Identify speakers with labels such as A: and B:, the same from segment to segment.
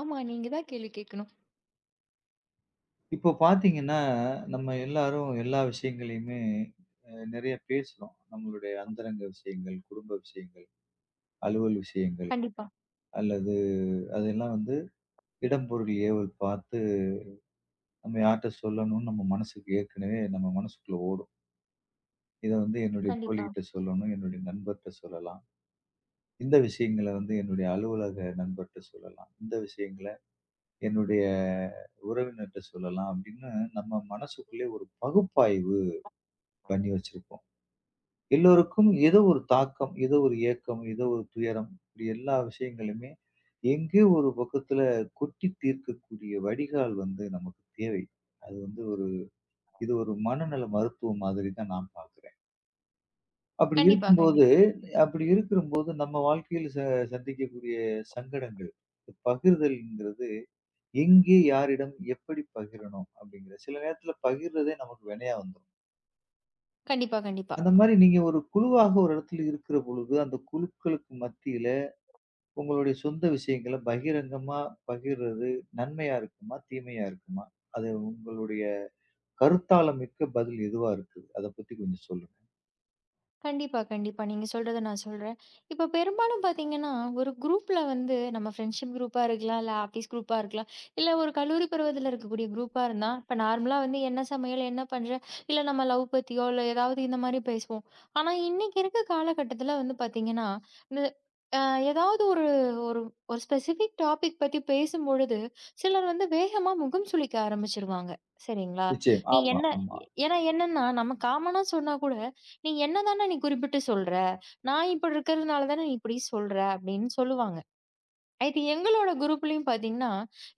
A: ஆமா. நீங்க தான் கேள்வி கேட்கணும்.
B: இப்போ பார்த்தீங்கன்னா, நம்ம எல்லாரும் எல்லா விஷயங்களையுமே நெறைய பேசுறோம். நம்மளுடைய அந்தரங்க விஷயங்கள், குடும்ப விஷயங்கள், அலுவல் விஷயங்கள்
A: கண்டிப்பா,
B: அல்லது அதெல்லாம் வந்து இடம், பொருள், ஏவல் பார்த்து நம்ம யார்ட்ட சொல்லணும்னு நம்ம மனசுக்கு ஏற்கனவே நம்ம மனசுக்குள்ள ஓடும். இத வந்து என்னுடைய
A: கண்டிப்பா,
B: தோழிகிட்ட சொல்லணும், என்னுடைய நண்பர்ட்ட சொல்லலாம். இந்த விஷயங்கள வந்து என்னுடைய அலுவலக நண்பர்ட்ட சொல்லலாம். இந்த விஷயங்கள என்னுடைய உறவினர்ட்ட சொல்லலாம் அப்படின்னு நம்ம மனசுக்குள்ளே ஒரு பகுப்பாய்வு பண்ணி வச்சிருப்போம். எல்லோருக்கும் ஏதோ ஒரு தாக்கம், ஏதோ ஒரு ஏக்கம், ஏதோ ஒரு துயரம். இப்படி எல்லா விஷயங்களுமே எங்கேயோ ஒரு பக்கத்துல கொட்டி தீர்க்கக்கூடிய வடிகால் வந்து நமக்கு தேவை. அது வந்து ஒரு இது ஒரு மனநல மருத்துவம் மாதிரி தான் நான் பார்க்கிறேன். அப்படி
A: கண்டிப்பா,
B: இருக்கும்போது
A: கண்டிப்பா,
B: அப்படி இருக்கும்போது நம்ம வாழ்க்கையில சந்திக்கக்கூடிய சங்கடங்கள், பகிர்தல்ங்கிறது எங்கே, யாரிடம், எப்படி பகிரணும் அப்படிங்கிற சில நேரத்துல பகிர்றதே நமக்கு வினையா வந்துரும்.
A: கண்டிப்பா, கண்டிப்பா.
B: அந்த மாரி நீங்க ஒரு குழுவாக ஒரு இடத்துல இருக்கிற பொழுது, அந்த குழுக்களுக்கு மத்தியில உங்களுடைய சொந்த விஷயங்கள பகிரங்கமா பகிர்றது நன்மையா இருக்குமா? தீமையா இருக்குமா? அது உங்களுடைய கருத்தாளமிக்க பதில் எதுவா இருக்குது? அத பத்தி கொஞ்சம் சொல்லுங்க.
A: கண்டிப்பா, கண்டிப்பா. நீங்க சொல்றத நான் சொல்றேன். இப்ப பெரும்பாலும் பார்த்தீங்கன்னா, ஒரு குரூப்ல வந்து நம்ம ஃப்ரெண்ட்ஷிப் குரூப்பா இருக்கலாம், இல்ல ஆஃபீஸ் குரூப்பா இருக்கலாம், இல்ல ஒரு கல்லூரி பருவத்தில இருக்கக்கூடிய குரூப்பா இருந்தா, இப்ப நார்மலா வந்து என்ன சமையல், என்ன பண்ற? இல்ல நம்ம லவ் பத்தியோ, இல்ல ஏதாவது இந்த மாரி பேசுவோம். ஆனா, இன்னைக்கு இருக்க காலகட்டத்தில வந்து பார்த்தீங்கன்னா, இந்த அ ஏதாவது ஒரு ஒரு ஒரு ஸ்பெசிஃபிக் டாபிக் பத்தி பேசும்பொழுது, சிலர் வந்து வேகமா முகம் சுளிக்க ஆரம்பிச்சுருவாங்க. சரிங்களா?
B: நிச்சயம்.
A: நீ
B: ஆமா,
A: என்ன
B: ஆமா.
A: ஏன்னா என்னன்னா, நம்ம காமனா சொன்னா கூட நீ என்னதானே நீ குறிப்பிட்டு சொல்ற? நான் இப்படி இருக்கிறதுனால தானே நீ இப்படி சொல்ற அப்படின்னு சொல்லுவாங்க. இது எங்களோட குரூப்லயும் பார்த்தீங்கன்னா,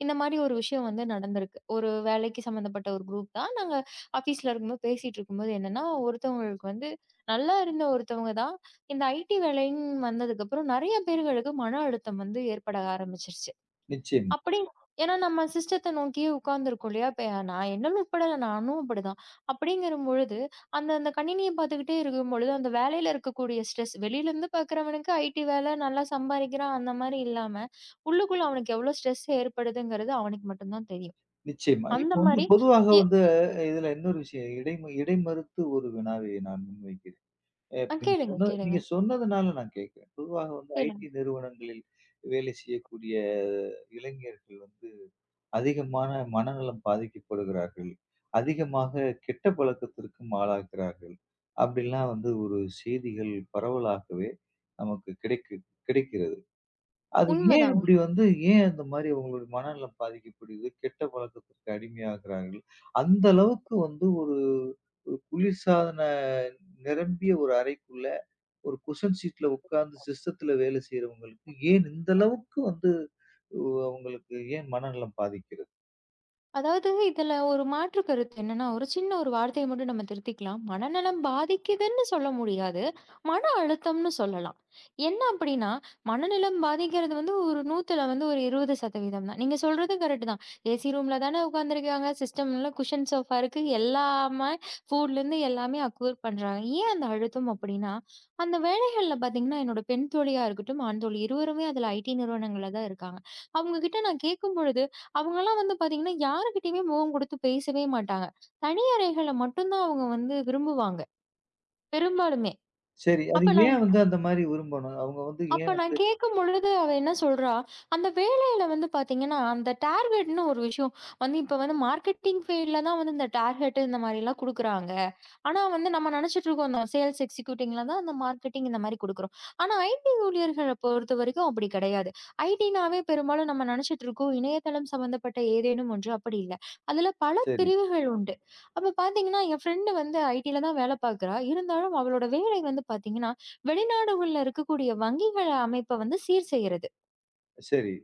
A: இந்த மாரி ஒரு விஷயம் வந்து நடந்திருக்கு. ஒரு வேலைக்கு சம்மந்தப்பட்ட ஒரு குரூப் தான். நாங்க ஆஃபீஸ்ல இருக்கும்போது பேசிட்டு இருக்கும்போது என்னன்னா, ஒருத்தவங்களுக்கு வந்து நல்லா இருந்த ஒருத்தவங்க தான் இந்த ஐடி வேலைன்னு வந்ததுக்கப்புறம் நெறைய பேர்களுக்கு மன அழுத்தம் வந்து ஏற்பட ஆரம்பிச்சுருச்சு.
B: நிச்சயமா,
A: அப்படி ஏன்னா நம்ம சிஸ்டத்த நோக்கியே உட்கார்ந்துருக்கோம் இல்லையா? இப்ப நான் என்னன்னு இப்படிதான் நானும் அப்படிதான். அப்படிங்கிற பொழுது, அந்த அந்த கணினிய பார்த்துக்கிட்டே இருக்கும் பொழுது, அந்த வேலையில இருக்கக்கூடிய ஸ்ட்ரெஸ் வெளியிலருந்து பார்க்கிறவனுக்கு ஐடி வேலை நல்லா சம்பாரிக்கிறான் அந்த மாரி இல்லாம, உள்ளுக்குள்ள அவனுக்கு எவ்வளோ ஸ்ட்ரெஸ் ஏற்படுதுங்கிறது அவனுக்கு மட்டும் தான் தெரியும்.
B: நிச்சயமா. இப்ப
A: அந்த
B: வந்து
A: மாரி
B: பொதுவாக
A: எ
B: வந்து இதுல இன்னொரு விஷயம் இடைமறுத்து ஒரு வினாவை நான் முன்வைக்கிறேன். இப்ப நீங்க
A: கேளுங்க,
B: சொன்னது
A: கேளுங்க,
B: நீங்க சொன்னதுனால நான் கேட்கிறேன். பொதுவாக வந்து
A: கேளுங்க.
B: ஐடி நிறுவனங்களில் வேலை செய்யக்கூடிய இளைஞர்கள் வந்து அதிகமான மனநலம் பாதிக்கப்படுகிறார்கள். அதிகமாக கெட்ட பழக்கத்திற்கும் ஆளாகிறார்கள். அப்படிலாம் வந்து ஒரு செய்திகள் பரவலாகவே நமக்கு கிடைக்கிறது. அது ஏன்
A: உண்மைதான்.
B: இப்படி வந்து ஏன் அந்த மாரி அவங்களுடைய மனநலம் பாதிக்கப்படுது? கெட்ட பழக்கத்திற்கு அடிமையாகிறார்கள். அந்த அளவுக்கு வந்து ஒரு ஒரு குளிர்சாதன நிரம்பிய ஒரு அறைக்குள்ள ஒரு குஷன் சீட்ல உட்கார்ந்து சிஸ்டத்துல வேலை செய்றவங்களுக்கு ஏன் இந்த அளவுக்கு வந்து அவங்களுக்கு ஏன் மனநலம் பாதிக்கிறது?
A: அதாவது இதுல ஒரு மாற்று கருத்து என்னன்னா, ஒரு சின்ன ஒரு வார்த்தைய மட்டும் நம்ம திருத்திக்கலாம். மனநலம் பாதிக்குதுன்னு சொல்ல முடியாது. மன அழுத்தம்னு சொல்லலாம். என்ன அப்படின்னா, மனநலம் பாதிக்கிறது வந்து ஒரு 100ல வந்து ஒரு 20% தான். நீங்க சொல்றது கரெக்ட் தான். ஏசி ரூம்ல தானே உட்கார்ந்துருக்காங்க. சிஸ்டம்ல குஷன் சோஃபா இருக்கு. எல்லாமே ஃபுட்லேருந்து எல்லாமே அக்யூர் பண்றாங்க. ஏன் அந்த அழுத்தம் அப்படின்னா, அந்த வேலைகள்ல பார்த்தீங்கன்னா, என்னோட பெண் தோழியா இருக்கட்டும், ஆண் தோழி இருவருமே அதுல ஐடி நிறுவனங்கள்ல தான் இருக்காங்க. அவங்க கிட்ட நான் கேட்கும்பொழுது அவங்கலாம் வந்து பார்த்தீங்கன்னா, யாருகிட்டயுமே முகம் குடுத்து பேசவே மாட்டாங்க. தனி அறைகள மட்டும் தான் அவங்க வந்து விரும்புவாங்க, பெரும்பாலுமே.
B: சரி. அது
A: அப்ப நான்
B: ஏன் வந்து அந்த மாரி விரும்பணும்? அவங்க வந்து
A: அப்ப
B: ஏன் வந்து
A: நான் கேட்கும்பொழுது அவ என்ன சொல்றா, அந்த வேலையில வந்து பார்த்தீங்கன்னா, அந்த டார்கெட்ன்னு ஒரு விஷயம் வந்து இப்ப வந்து மார்க்கெட்டிங் ஃபீல்ட்ல தான் வந்து இந்த டார்கெட் இந்த மாரிலாம் குடுக்குறாங்க. ஆனா வந்து நம்ம நினைச்சிட்டு இருக்கோம் இந்த சேல்ஸ் எக்ஸிக்யூட்டிவ்ல தான் அந்த மார்க்கெட்டிங் இந்த மாதிரி கொடுக்குறோம். ஆனா ஐடி ஊழியர்கள பொறுத்தவரைக்கும் அப்படி கிடையாது. ஐடினாவே பெரும்பாலும் நம்ம நினைச்சிட்டு இருக்கோம் இணையதளம் சம்பந்தப்பட்ட ஏதேனும் ஒன்று அப்படி இல்ல. அதுல பல
B: சரி,
A: பிரிவுகள் உண்டு. அப்ப பார்த்தீங்கன்னா, என் ஃப்ரெண்ட் வந்து ஐடில தான் வேலை பார்க்குறா. இருந்தாலும் அவளோட வேலை வந்து பார்த்தீங்கன்னா, வெளிநாடுகள்ல இருக்கக்கூடிய வங்கிகள அமைப்ப வந்து சீர் செய்றது.
B: சரி,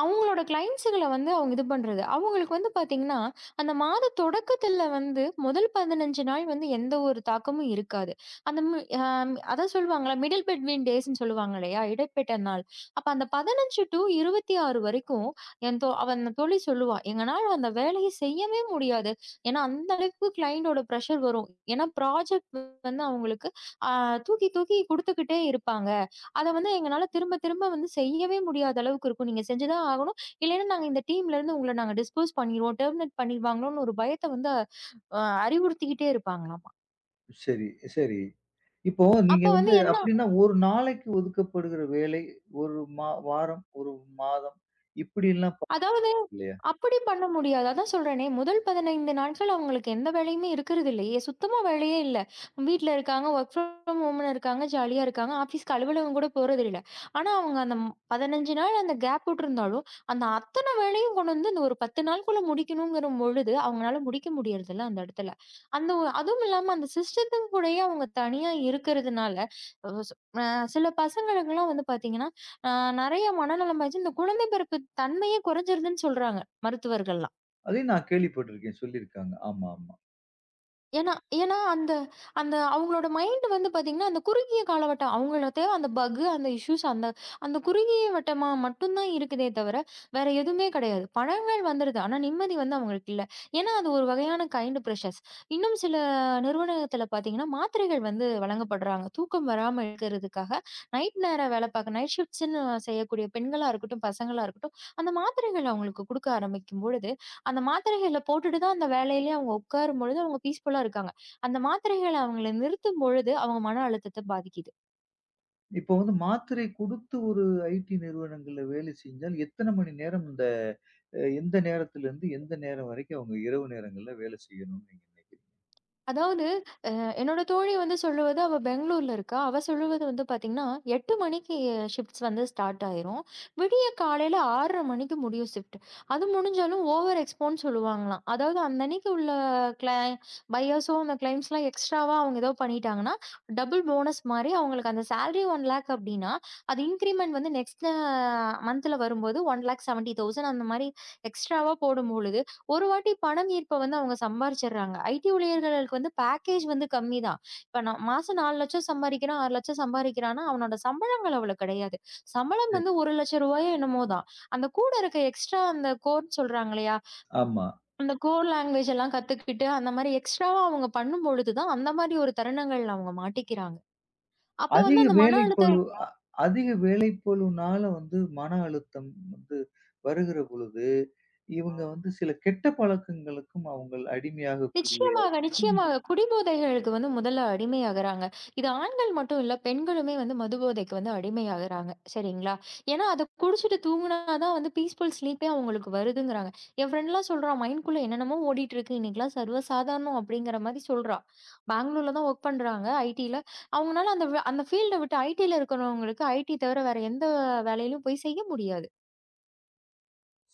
A: அவங்களோட கிளையண்ட்ஸுகள வந்து அவங்க இது பண்றது. அவங்களுக்கு வந்து பார்த்தீங்கன்னா, அந்த மாத தொடக்கத்துல வந்து முதல் 15 நாள் வந்து எந்த ஒரு தாக்கமும் இருக்காது. அந்த மு அம் அதான் சொல்லுவாங்கல்ல, மிடில் பெட்வீன் டேஸ்ன்னு சொல்லுவாங்க இல்லையா? இடைப்பட்ட நாள். அப்ப அந்த 15 டூ 26 வரைக்கும் என் தோ அவ அந்த தோழி சொல்லுவா, "எங்கனால அந்த வேலைய செய்யவே முடியாது." ஏன்னா, அந்த அளவுக்கு கிளையண்டோட பிரஷர் வரும். ஏன்னா, ப்ராஜெக்ட் வந்து அவங்களுக்கு அ தூக்கி தூக்கி குடுத்துக்கிட்டே இருப்பாங்க. அத வந்து எங்கனால திரும்ப திரும்ப வந்து செய்யவே முடியாத அளவுக்கு இருக்கும். நீங்க செஞ்சு தான் ஆகணும். இல்லைன்னா நாங்க இந்த டீம்லருந்து உங்கள நாங்க டிஸ்போஸ் பண்ணிருவோம். டெர்மினேட் பண்ணிருவாங்களோன்னு ஒரு பயத்த வந்து அறிவுறுத்திக்கிட்டே இருப்பாங்களாமா.
B: சரி, சரி. இப்போ
A: அப்ப
B: நீங்க
A: வந்து
B: வந்து
A: என்ன
B: அப்படின்னா ஒரு நாளைக்கு ஒதுக்கப்படுகிற வேலை, ஒரு வாரம், ஒரு மாதம் இப்படிலாம்
A: அதாவது
B: இல்லையா?
A: அப்படி பண்ண முடியாது. அதான் சொல்றேனே, முதல் 15 நாட்கள் அவங்களுக்கு எந்த வேலையுமே இருக்கிறது இல்லையே! சுத்தமா வேலையே இல்ல. வீட்ல இருக்காங்க, வொர்க் ஃப்ரம் ஹோம்னு இருக்காங்க, ஜாலியா இருக்காங்க. ஆஃபீஸ்க்கு அலுவலகம் கூட போறதில்ல. ஆனா, அவங்க அந்த 15 நாள் அந்த கேப் விட்டுருந்தாலும், அந்த அத்தன வேலையும் கொண்டு வந்து இந்த ஒரு 10 நாளுக்குள்ள முடிக்கணுங்கிற பொழுது, அவங்கனால முடிக்க முடியறதில்ல அந்த இடத்துல. அந்த ஒ அதுவும் இல்லாம அந்த சிஸ்டத்துக்கு கூடயே அவங்க தனியா இருக்கிறதுனால, அ சொ அ சில பசங்களுக்கெல்லாம் வந்து பார்த்தீங்கன்னா, அ நெறைய மனநலம் ஆச்சு. இந்த குழந்தை பிறப்பு தன்மையே குறைஞ்சிருதுன்னு சொல்றாங்க. மருத்துவர்கள்லாம்.
B: அதையும் நான் கேள்விப்பட்டிருக்கேன். சொல்லியிருக்காங்க. ஆமா, ஆமா.
A: ஏன்னா ஏன்னா அந்த அந்த அவங்களோட மைண்ட் வந்து பார்த்தீங்கன்னா, அந்த குறுகிய காலவட்டம் அவங்கள தேவ அந்த பக், அந்த இஷ்யூஸ் அந்த அந்த குறுகிய வட்டமா மட்டும் தான் இருக்குதே தவிர, வேற எதுவுமே கிடையாது. பணங்கள் வந்துருது. ஆனா நிம்மதி வந்து அவங்களுக்கு இல்ல. ஏன்னா அது ஒரு வகையான கைண்ட் பிரஷர்ஸ். இன்னும் சில நிறுவனத்தில பார்த்தீங்கன்னா, மாத்திரைகள் வந்து வழங்கப்படுறாங்க. தூக்கம் வராம இருக்கிறதுக்காக நைட் நேர வேலை பார்க்க நைட் ஷிஃப்ட்ஸ்ன்னு செய்யக்கூடிய பெண்களா இருக்கட்டும், பசங்களா இருக்கட்டும், அந்த மாத்திரைகள் அவங்களுக்கு குடுக்க ஆரம்பிக்கும் பொழுது, அந்த மாத்திரைகள போட்டுட்டு தான் அந்த வேலையிலேயே அவங்க உட்காரும்பொழுது அவங்க பீஸ்ஃபுல்லா இருக்காங்க. அந்த மாத்திரைகள் அவங்கள நிறுத்தும்பொழுது, அவங்க மன அழுத்தத்த பாதிக்குது.
B: இப்போ வந்து மாத்திரை குடுத்து ஒரு ஐடி நிறுவனங்கள்ல வேலை செஞ்சால் எத்தன மணி நேரம் இந்த எந்த நேரத்திலிருந்து எந்த நேரம் வரைக்கும் அவங்க இரவு நேரங்கள்ல வேலை செய்யணும்னு நீங்க நினைக்கிறீங்க?
A: அதாவது என்னோட தோழி வந்து சொல்லுவது அவ பெங்களூர்ல இருக்கா. அவ சொல்லுவது வந்து பார்த்தீங்கன்னா, 8 மணிக்கு ஷிஃப்ட்ஸ் வந்து ஸ்டார்ட் ஆயிரும். விடிய காலையில 6:30 மணிக்கு முடியும் ஷிஃப்ட். அது முடிஞ்சாலும் ஓவர் எக்ஸ்போன்னு சொல்லுவாங்களாம். அதாவது அந்த அன்னைக்கு உள்ள கிளை பையர்ஸோ அந்த கிளைம்ஸ்லாம் எக்ஸ்ட்ராவா அவங்க ஏதோ பண்ணிட்டாங்கன்னா, டபுள் போனஸ் மாரி அவங்களுக்கு அந்த சேலரி 1,00,000 அப்டின்னா, அது இன்கிரிமெண்ட் வந்து நெக்ஸ்ட் மந்த்ல வரும்போது 1,70,000 அந்த மாரி எக்ஸ்ட்ராவா போடும்பொழுது ஒரு வாட்டி பணம் ஈர்ப்ப வந்து அவங்க சம்பாரிச்சுடுறாங்க. ஐடி ஊழியர்களுக்கு வந்து பேக்கேஜ் வந்து கம்மி தான். இப்ப நான் மாசம் 4,00,000 சம்பாரிக்கிறான், 6,00,000 சம்பாரிக்கிறான்னா, அவனோட சம்பளங்கள் அவ்வளோ கிடையாது. சம்பளம்
B: சரி.
A: வந்து ரூ. 1,00,000 என்னமோ தான். அந்த கூட இருக்க எக்ஸ்ட்ரா அந்த கோர்ன்னு சொல்றாங்க இல்லையா?
B: ஆமா.
A: அந்த கோர் லாங்குவேஜ் எல்லாம் கத்துக்கிட்டு, அந்த மாரி எக்ஸ்ட்ராவா அவங்க பண்ணும்பொழுது தான், அந்த மாரி ஒரு தருணங்கள்ல அவங்க மாட்டிக்கிறாங்க. அப்ப
B: அதிக
A: வந்து அந்த மன
B: வேலைப்பளு
A: அழுத்தம்
B: அ அதிக வேலைப்பளுனால வந்து மன அழுத்தம் வந்து வருகிற பொழுது, இவங்க வந்து சில கெட்ட பழக்கங்களுக்கும் அவங்கள் அடிமையாகக்கூடிய
A: நிச்சயமாக, நிச்சயமாக. குடிபோதைகளுக்கு வந்து முதல்ல அடிமையாகுறாங்க. இது ஆண்கள் மட்டும் இல்ல, பெண்களுமே வந்து மதுபோதைக்கு வந்து அடிமையாகுறாங்க. சரிங்களா? ஏன்னா, அத குடிச்சிட்டு தூங்குனா தான் வந்து பீஸ்ஃபுல் ஸ்லீப்பே அவங்களுக்கு வருதுங்கிறாங்க. என் ஃப்ரெண்ட்லாம் சொல்றா, "மைண்ட்குள்ள என்னென்னமோ ஓடிட்டுருக்கு. இன்னைக்கெல்லாம் சர்வசாதாரணம்." அப்படிங்கிற மாரி சொல்றா. பெங்களூர்ல தான் வொர்க் பண்றாங்க ஐடில. அவங்கனால அந்த அந்த ஃபீல்ட விட்டு ஐடில இருக்கிறவங்களுக்கு ஐடி தவிர வேற எந்த வேலையிலும் போய் செய்ய முடியாது.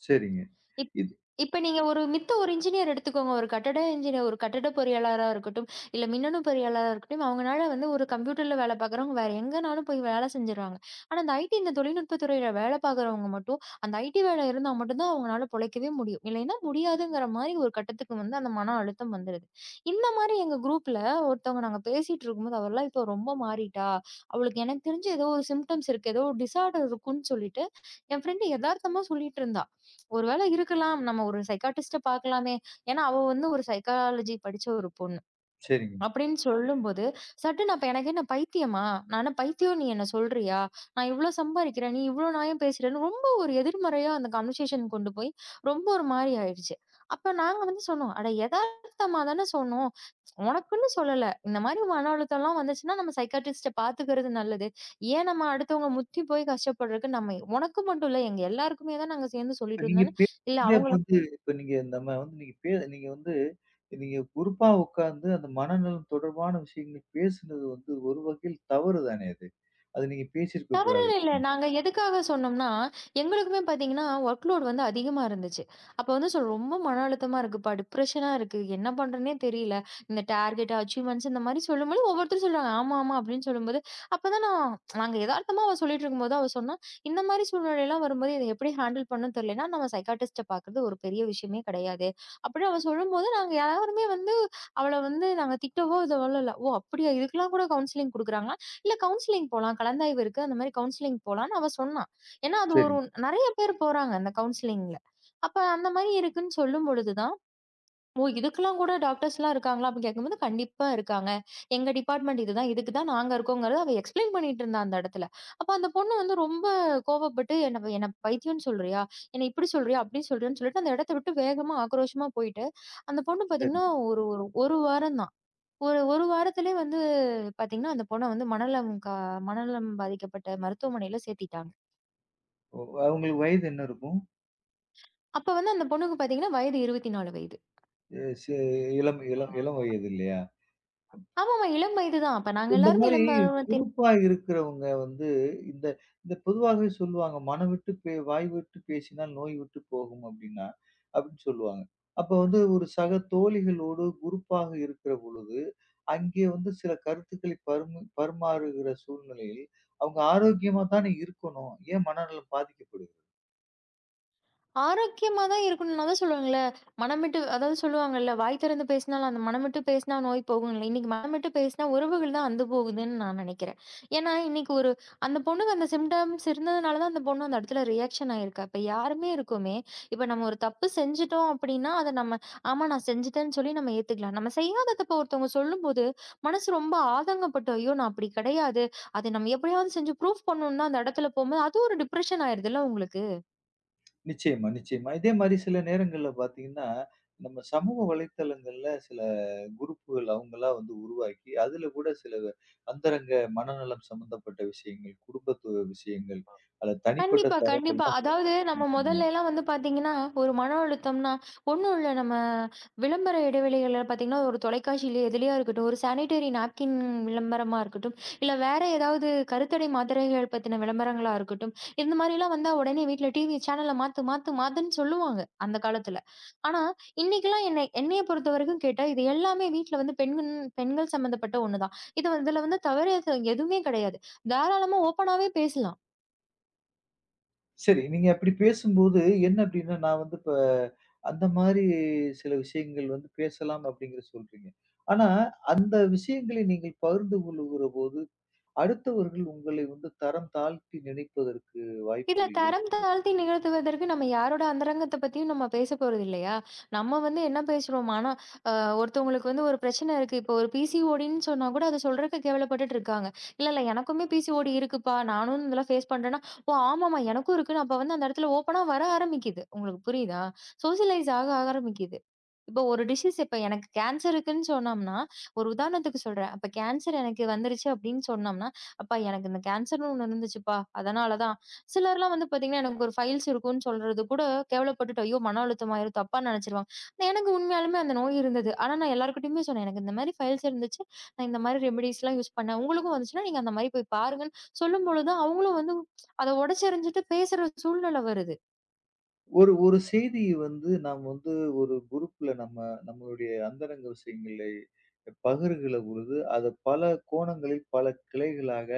B: சரிங்க.
A: இப்
B: இது
A: இப்ப நீங்க ஒரு மித்த ஒரு இன்ஜினியர் எடுத்துக்கோங்க. ஒரு கட்டட இன்ஜினியர், ஒரு கட்டட பொறியாளரா இருக்கட்டும், இல்ல மின்னணு பொறியாளரா இருக்கட்டும், அவங்கனால வந்து ஒரு கம்ப்யூட்டர்ல வேலை பார்க்குறவங்க வேற எங்கனாலும் போய் வேலை செஞ்சுருவாங்க. ஆனா, இந்த ஐடி இந்த தொழில்நுட்பத் துறையில வேலை பார்க்குறவங்க மட்டும், அந்த ஐடி வேலை இருந்தா மட்டும் தான் அவங்கனால பொழைக்கவே முடியும். இல்லைன்னா முடியாதுங்கிற மாரி ஒரு கட்டத்துக்கு வந்து அந்த மன அழுத்தம் வந்துருது. இந்த மாரி எங்க குரூப்ல ஒருத்தவங்க நாங்க பேசிட்டு இருக்கும்போது, அவள்லாம் இப்போ ரொம்ப மாறிட்டா! அவளுக்கு எனக்கு தெரிஞ்சு ஏதோ ஒரு சிம்ப்டம்ஸ் இருக்கு. ஏதோ ஒரு டிஸார்டர் இருக்குன்னு சொல்லிட்டு, என் ஃப்ரெண்ட் எதார்த்தமா சொல்லிட்டு இருந்தா. ஒரு வேளை இருக்கலாம். நம்ம ஒரு சைக்காட்ரிஸ்ட்ட பார்க்கலாமே! ஏன்னா, அவ வந்து ஒரு சைக்காலஜி படிச்ச ஒரு பொண்ணு.
B: சரிங்க.
A: அப்படின்னு சொல்லும்போது, சட்டுன்னு அப்ப எனக்கு என்ன பைத்தியமா? நான் என்ன பைத்தியம்னு நீ என்ன சொல்றியா? நான் இவ்ளோ சம்பாரிக்கிறேன். நீ இவ்ளோ நியாயம் பேசுறன்னு ரொம்ப ஒரு எதிர்மறையா அந்த கன்வர்சேஷன் கொண்டு போய் ரொம்ப ஒரு மாரி ஆயிடுச்சு. அப்ப நாங்க வந்து சொன்னோம். அட எதார்த்தமா தானே சொன்னோம். உனக்குன்னு சொல்லல. இந்த மாரி மன அழுத்தம்லாம் வந்துச்சுன்னா நம்ம சைக்காட்ரிஸ்ட்ட பாத்துக்கிறது நல்லது. ஏன் நம்ம அடுத்தவங்க முத்தி போய் கஷ்டப்படுறதுக்கு நம்ம உனக்கு மட்டும் இல்ல, எங்க எல்லாருக்குமே தான் நாங்க சேர்ந்து
B: இப்ப
A: சொல்லிட்டு
B: நீங்க
A: இருந்தோம்ன்னு, இல்ல
B: பேசுனதே
A: அவங்களுக்கு
B: வந்து இப்ப நீங்க நம்ம வந்து நீங்க வந்து நீங்க குரூப்பா உட்கார்ந்து அந்த மனநலம் தொடர்பான விஷயங்கள் பேசுனது வந்து ஒரு வகையில் தவறு தானே அது. அது நீங்க பேசியிருக்க
A: தவறே
B: கூடாது.
A: இல்ல. நாங்க எதுக்காக சொன்னோம்னா, எங்களுக்குமே பார்த்தீங்கன்னா, ஒர்க் லோட் வந்து அதிகமா இருந்துச்சு. அப்ப வந்து சொல்றோம், "ரொம்ப மன அழுத்தமா இருக்குப்பா, டிப்ரஷனா இருக்கு. என்ன பண்றதுன்னே தெரியல. இந்த டார்கெட், அச்சீவ்மெண்ட்ஸ் இந்த மாரி சொல்லும்போது ஒவ்வொருத்தரும் சொல்றாங்க, "ஆமா, ஆமா" அப்படின்னு சொல்லும்போது, அப்பதான் நான் நாங்க எதார்த்தமா அவ சொல்லிட்டு இருக்கும்போது அவ சொன்னா, "இந்த மாரி சூழ்நிலைலாம் வரும்போது இத எப்படி ஹேண்டில் பண்ணணும்னு தெரியலன்னா, நம்ம சைக்காட்ரிஸ்ட்ட பார்க்கிறது ஒரு பெரிய விஷயமே கிடையாது." அப்படின்னு அவ சொல்லும்போது, நாங்க யாருமே வந்து அவள வந்து நாங்க திட்டவோ, இது இல்ல. "ஓ! அப்படியா? இதுக்கெல்லாம் கூட கவுன்சிலிங் குடுக்குறாங்களா?" இல்ல கவுன்சிலிங் போலாம். கலந்தாய்வு இருக்கு. அந்த மாரி கவுன்சிலிங் போலான்னு அவ சொன்னா. ஏன்னா, அது ஒரு
B: சரிங்க,
A: நெறைய பேர் போறாங்க அந்த கவுன்சிலிங்ல. அப்ப அந்த மாரி இருக்குன்னு சொல்லும் பொழுது தான், "ஓ! இதுக்கெல்லாம் கூட டாக்டர்ஸ்லாம் இருக்காங்களா?" அப்படின்னு கேட்கும்போது, "கண்டிப்பா இருக்காங்க. எங்க டிபார்ட்மெண்ட் இதுதான். இதுக்கு தான் நாங்க இருக்கோங்கிறத" அவ எக்ஸ்ப்ளைன் பண்ணிட்டு இருந்தா அந்த இடத்துல. அப்ப அந்த பொண்ணு வந்து ரொம்ப கோவப்பட்டு, "என்ன என்ன பைத்தியம்ன்னு சொல்றியா? என்ன இப்படி சொல்றியா? அப்படி சொல்றியான்னு" சொல்லிட்டு அந்த இடத்த விட்டு வேகமா ஆக்ரோஷமா போயிட்டு, அந்த பொண்ணு பார்த்தீங்கன்னா,
B: சரிங்க.
A: ஒரு ஒரு ஒரு வாரம் தான். ஒரு 1 வாரத்திலே வந்து பாத்தீங்கன்னா, அந்த பொண்ண வந்து மனநலம் பாதிக்கப்பட்ட மருத்துவமனையில சேர்த்திட்டாங்க.
B: ஒ அவங்களுக்கு வயது என்ன இருக்கும்?
A: அப்ப வந்து அந்த பொண்ணுக்கு பாத்தீங்கன்னா, வயது 24 வயது.
B: எ சி இளம் இளம் இளம் வயது இல்லையா? ம்.
A: ஆமாமா, இளம் வயது தான். அப்ப நாங்க
B: இந்த
A: எல்லாரும்
B: மாரி
A: இளம் பருவத்தை
B: குரூப்பா இருக்கிறவங்க வந்து இந்த இந்த பொதுவாகவே சொல்லுவாங்க, "மனம் விட்டு வாய் விட்டு பேசினால் நோய் விட்டு போகும்" அப்டின்னு சொல்லுவாங்க. அப்ப வந்து ஒரு சக தோழிகளோடு குரூப்பாக இருக்கிற பொழுது, அங்கே வந்து சில கருத்துக்களை பரிமாறுகிற சூழ்நிலையில், அவங்க ஆரோக்கியமா தானே இருக்கணும். ஏன் மனநலம் பாதிக்கப்படுது?
A: ஆரோக்கியமா தான் இருக்கணும். நான் அதான் சொல்லுவேன்ல, மனமிட்டு அதாவது சொல்லுவாங்கல்ல, "வாய் திறந்து பேசினாலும் அந்த மனமிட்டு பேசினா நோய் போகும்ல." இன்னைக்கு மனமிட்டு பேசினா உறவுகள் தான் அந்து போகுதுன்னு நான் நினைக்கிறேன். ஏன்னா, இன்னைக்கு ஒரு அந்த பொண்ணுக்கு அந்த சிம்டம்ஸ் இருந்ததுனால தான் அந்த பொண்ணு அந்த இடத்துல ரியாக்ஷன் ஆயிருக்கா. இப்ப யாருமே இருக்கோமே, இப்ப நம்ம ஒரு தப்பு செஞ்சுட்டோம் அப்படின்னா, அத நம்ம, "ஆமா நான் செஞ்சுட்டேன்னு" சொல்லி நம்ம ஏத்துக்கலாம். நம்ம செய்யாத தப்ப ஒருத்தவங்க சொல்லும்போது, மனசு ரொம்ப ஆதங்கப்பட்டு, "ஐயோ! நான் அப்படி கிடையாது. அத நம்ம எப்படியாவது செஞ்சு ப்ரூஃப் பண்ணணும்னு தான்" அந்த இடத்துல போம்போது, அது ஒரு டிப்ரஷன் ஆயிருதுல்ல உங்களுக்கு.
B: நிச்சயமா, நிச்சயமா. இதே மாரி சில நேரங்கள்ல பார்த்தீங்கன்னா, நம்ம சமூக வலைத்தளங்கள்ல சில குரூப்புகள் அவங்களா வந்து உருவாக்கி, அதுல கூட சில அந்தரங்க மனநலம் சம்பந்தப்பட்ட விஷயங்கள், குடும்பத்துவ விஷயங்கள், அல்ல தனிப்பட்ட
A: கண்டிப்பா, கண்டிப்பா.
B: தரங்கள்லாம்
A: அதாவது நம்ம
B: சொல்றாங்க.
A: மொதல்லலாம் வந்து பார்த்தீங்கன்னா, ஒரு மன அழுத்தம்னா, ஒண்ணும் இல்ல நம்ம விளம்பர இடைவெளிகள்ல பார்த்தீங்கன்னா, ஒரு தொலைக்காட்சியிலயோ எதுலயா இருக்கட்டும், ஒரு சானிட்டரி நாப்கின் விளம்பரமா இருக்கட்டும், இல்ல வேற ஏதாவது கருத்தடை மாத்திரைகள் பத்தின விளம்பரங்களா இருக்கட்டும், இந்த மாரிலாம் வந்தா உடனே வீட்ல டிவி சேனல மாத்து, மாத்து, மாத்துன்னு சொல்லுவாங்க, அந்த காலத்துல. ஆனா, இன்னைக்கெல்லாம் என்னைய பொறுத்தவரைக்கும் கேட்டா, இது எல்லாமே வீட்ல வந்து பெண்கள் பெண்கள் சம்மந்தப்பட்ட ஒண்ணுதான். இதுல வந்து தவறு எதுவுமே கிடையாது. தாராளமா ஓப்பனாவே பேசலாம்.
B: சரி, நீங்க அப்படி பேசும்போது என்ன அப்படின்னா, நான் வந்து இப்ப அந்த மாரி சில விஷயங்கள் வந்து பேசலாம் அப்படிங்கிறத சொல்றீங்க. ஆனா, அந்த விஷயங்களை நீங்கள் பகிர்ந்து கொள்ளுகிற போது அடுத்தவர்கள் உங்களை வந்து தரம் தாழ்த்தி நினைப்பதற்கு
A: இல்ல
B: வாய்ப்புகள்
A: தரம்
B: இருக்கு.
A: தாழ்த்தி நிகழ்த்துவதற்கு நம்ம யாரோட அந்தரங்கத்த பத்தியும் நம்ம பேச போறது இல்லையா? நம்ம வந்து என்ன பேசுறோம்? ஆனா அ ஒருத்தவங்களுக்கு வந்து ஒரு பிரச்சனை இருக்கு. இப்போ ஒரு பிசிஓடின்னு சொன்னா கூட அத சொல்றதுக்கு கேவலப்பட்டுட்டு இருக்காங்க. இல்ல, இல்ல எனக்குமே பிசிஓடி இருக்குப்பா. நானும் இதெல்லாம் ஃபேஸ் பண்றேன்னா, ஓ ஆமாமா எனக்கும் இருக்குன்னு அப்ப வந்து அந்த இடத்துல ஓப்பனா வர ஆரம்பிக்குது. உங்களுக்கு புரியுதா? சோஷியலைஸ் ஆக ஆரம்பிக்குது. இப்ப ஒரு டிசீஸ் இப்ப எனக்கு கேன்சர் இருக்குன்னு சொன்னோம்னா, ஒரு உதாரணத்துக்கு சொல்றேன். அப்ப கேன்சர் எனக்கு வந்துருச்சு அப்படின்னு சொன்னோம்னா, "அப்பா எனக்கு இந்த கேன்சர்ன்னு ஒண்ணு இருந்துச்சுப்பா. அதனால தான்." சிலர்லாம் வந்து பார்த்தீங்கன்னா, எனக்கு ஒரு ஃபைல்ஸ் இருக்குன்னு சொல்றது கூட கேவலப்பட்டுட்டு, ஐயோ! மன அழுத்தமாயிரும் தப்பா நெனைச்சுருவாங்க. ஆனா எனக்கு உண்மையாலுமே அந்த நோய் இருந்தது. ஆனா நான் எல்லார்கிட்டயுமே சொன்னேன். எனக்கு இந்த மாரி ஃபைல்ஸ் இருந்துச்சு. நான் இந்த மாரி ரெமிடீஸ்லாம் யூஸ் பண்ணேன். உங்களுக்கும் வந்துச்சுன்னா, நீங்க அந்த மாரி போய் பாருங்கன்னு சொல்லும்பொழுது தான் அவங்களும் வந்து அத உடைச்செறிஞ்சுட்டு பேசுற சூழ்நிலை வருது.
B: ஒரு ஒரு செய்திய வந்து நாம் வந்து ஒரு குரூப்ல நம்ம நம்மளுடைய அந்தரங்க விஷயங்களை பகிர்கிற பொழுது, அத பல கோணங்களில், பல கிளைகளாக,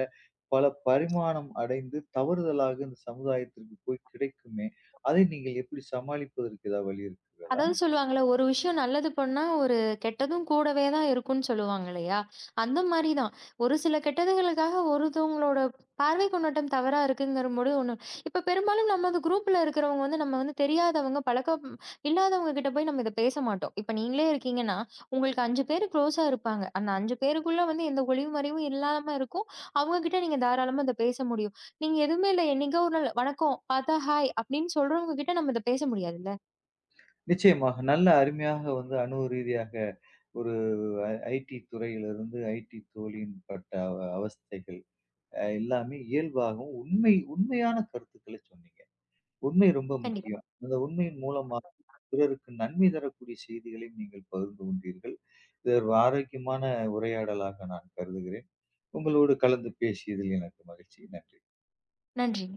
B: பல பரிமாணம் அடைந்து தவறுதலாக இந்த சமுதாயத்திற்கு போய் கிடைக்குமே! அதை நீங்கள் எப்படி சமாளிப்பதற்கு ஏதாவது வழி இருக்கிறதா?
A: அதாவது சொல்லுவாங்கல்ல, ஒரு விஷயம் நல்லது பண்ணா, ஒரு கெட்டதும் கூடவே தான் இருக்கும்னு சொல்லுவாங்க இல்லையா? அந்த மாரி தான். ஒரு சில கெட்டதுகளுக்காக ஒருத்தவங்களோட பார்வை கண்ணோட்டம் தவறா இருக்குங்கிறபோது ஒண்ணு இப்ப பெரும்பாலும் நம்ம அந்த குரூப்ல இருக்கிறவங்க வந்து, நம்ம வந்து தெரியாதவங்க, பழக்கம் இல்லாதவங்க கிட்ட போய் நம்ம இத பேச மாட்டோம். இப்ப நீங்களே இருக்கீங்கன்னா, உங்களுக்கு 5 பேரு குளோஸா இருப்பாங்க. அந்த 5 பேருக்குள்ள வந்து எந்த ஒளிவு மறைவும் இல்லாம இருக்கும். அவங்க கிட்ட நீங்க தாராளமா இத பேச முடியும். நீங்க எதுவுமே இல்ல, என்னைக்கோ ஒரு நாள் "வணக்கம்" பார்த்தா "ஹாய்" அப்படின்னு சொல்றவங்க கிட்ட நம்ம இத பேச முடியாதுல்ல?
B: நிச்சயமாக. நல்ல அருமையாக வந்து அனுபவ ரீதியாக ஒரு ஐடி துறையிலிருந்து ஐடி தோழியின் பட்ட அவஸ்தைகள் எல்லாமே இயல்பாகவும், உண்மையான கருத்துக்கள சொன்னீங்க. உண்மை ரொம்ப
A: கண்டிப்பா.
B: முக்கியம். அந்த உண்மையின் மூலமா பிறருக்கு நன்மை தரக்கூடிய செய்திகளையும் நீங்கள் பகிர்ந்து கொண்டீர்கள். இது ஒரு ஆரோக்கியமான உரையாடலாக நான் கருதுகிறேன். உங்களோடு கலந்து பேசியதில் எனக்கு மகிழ்ச்சி. நன்றி.
A: நன்றி.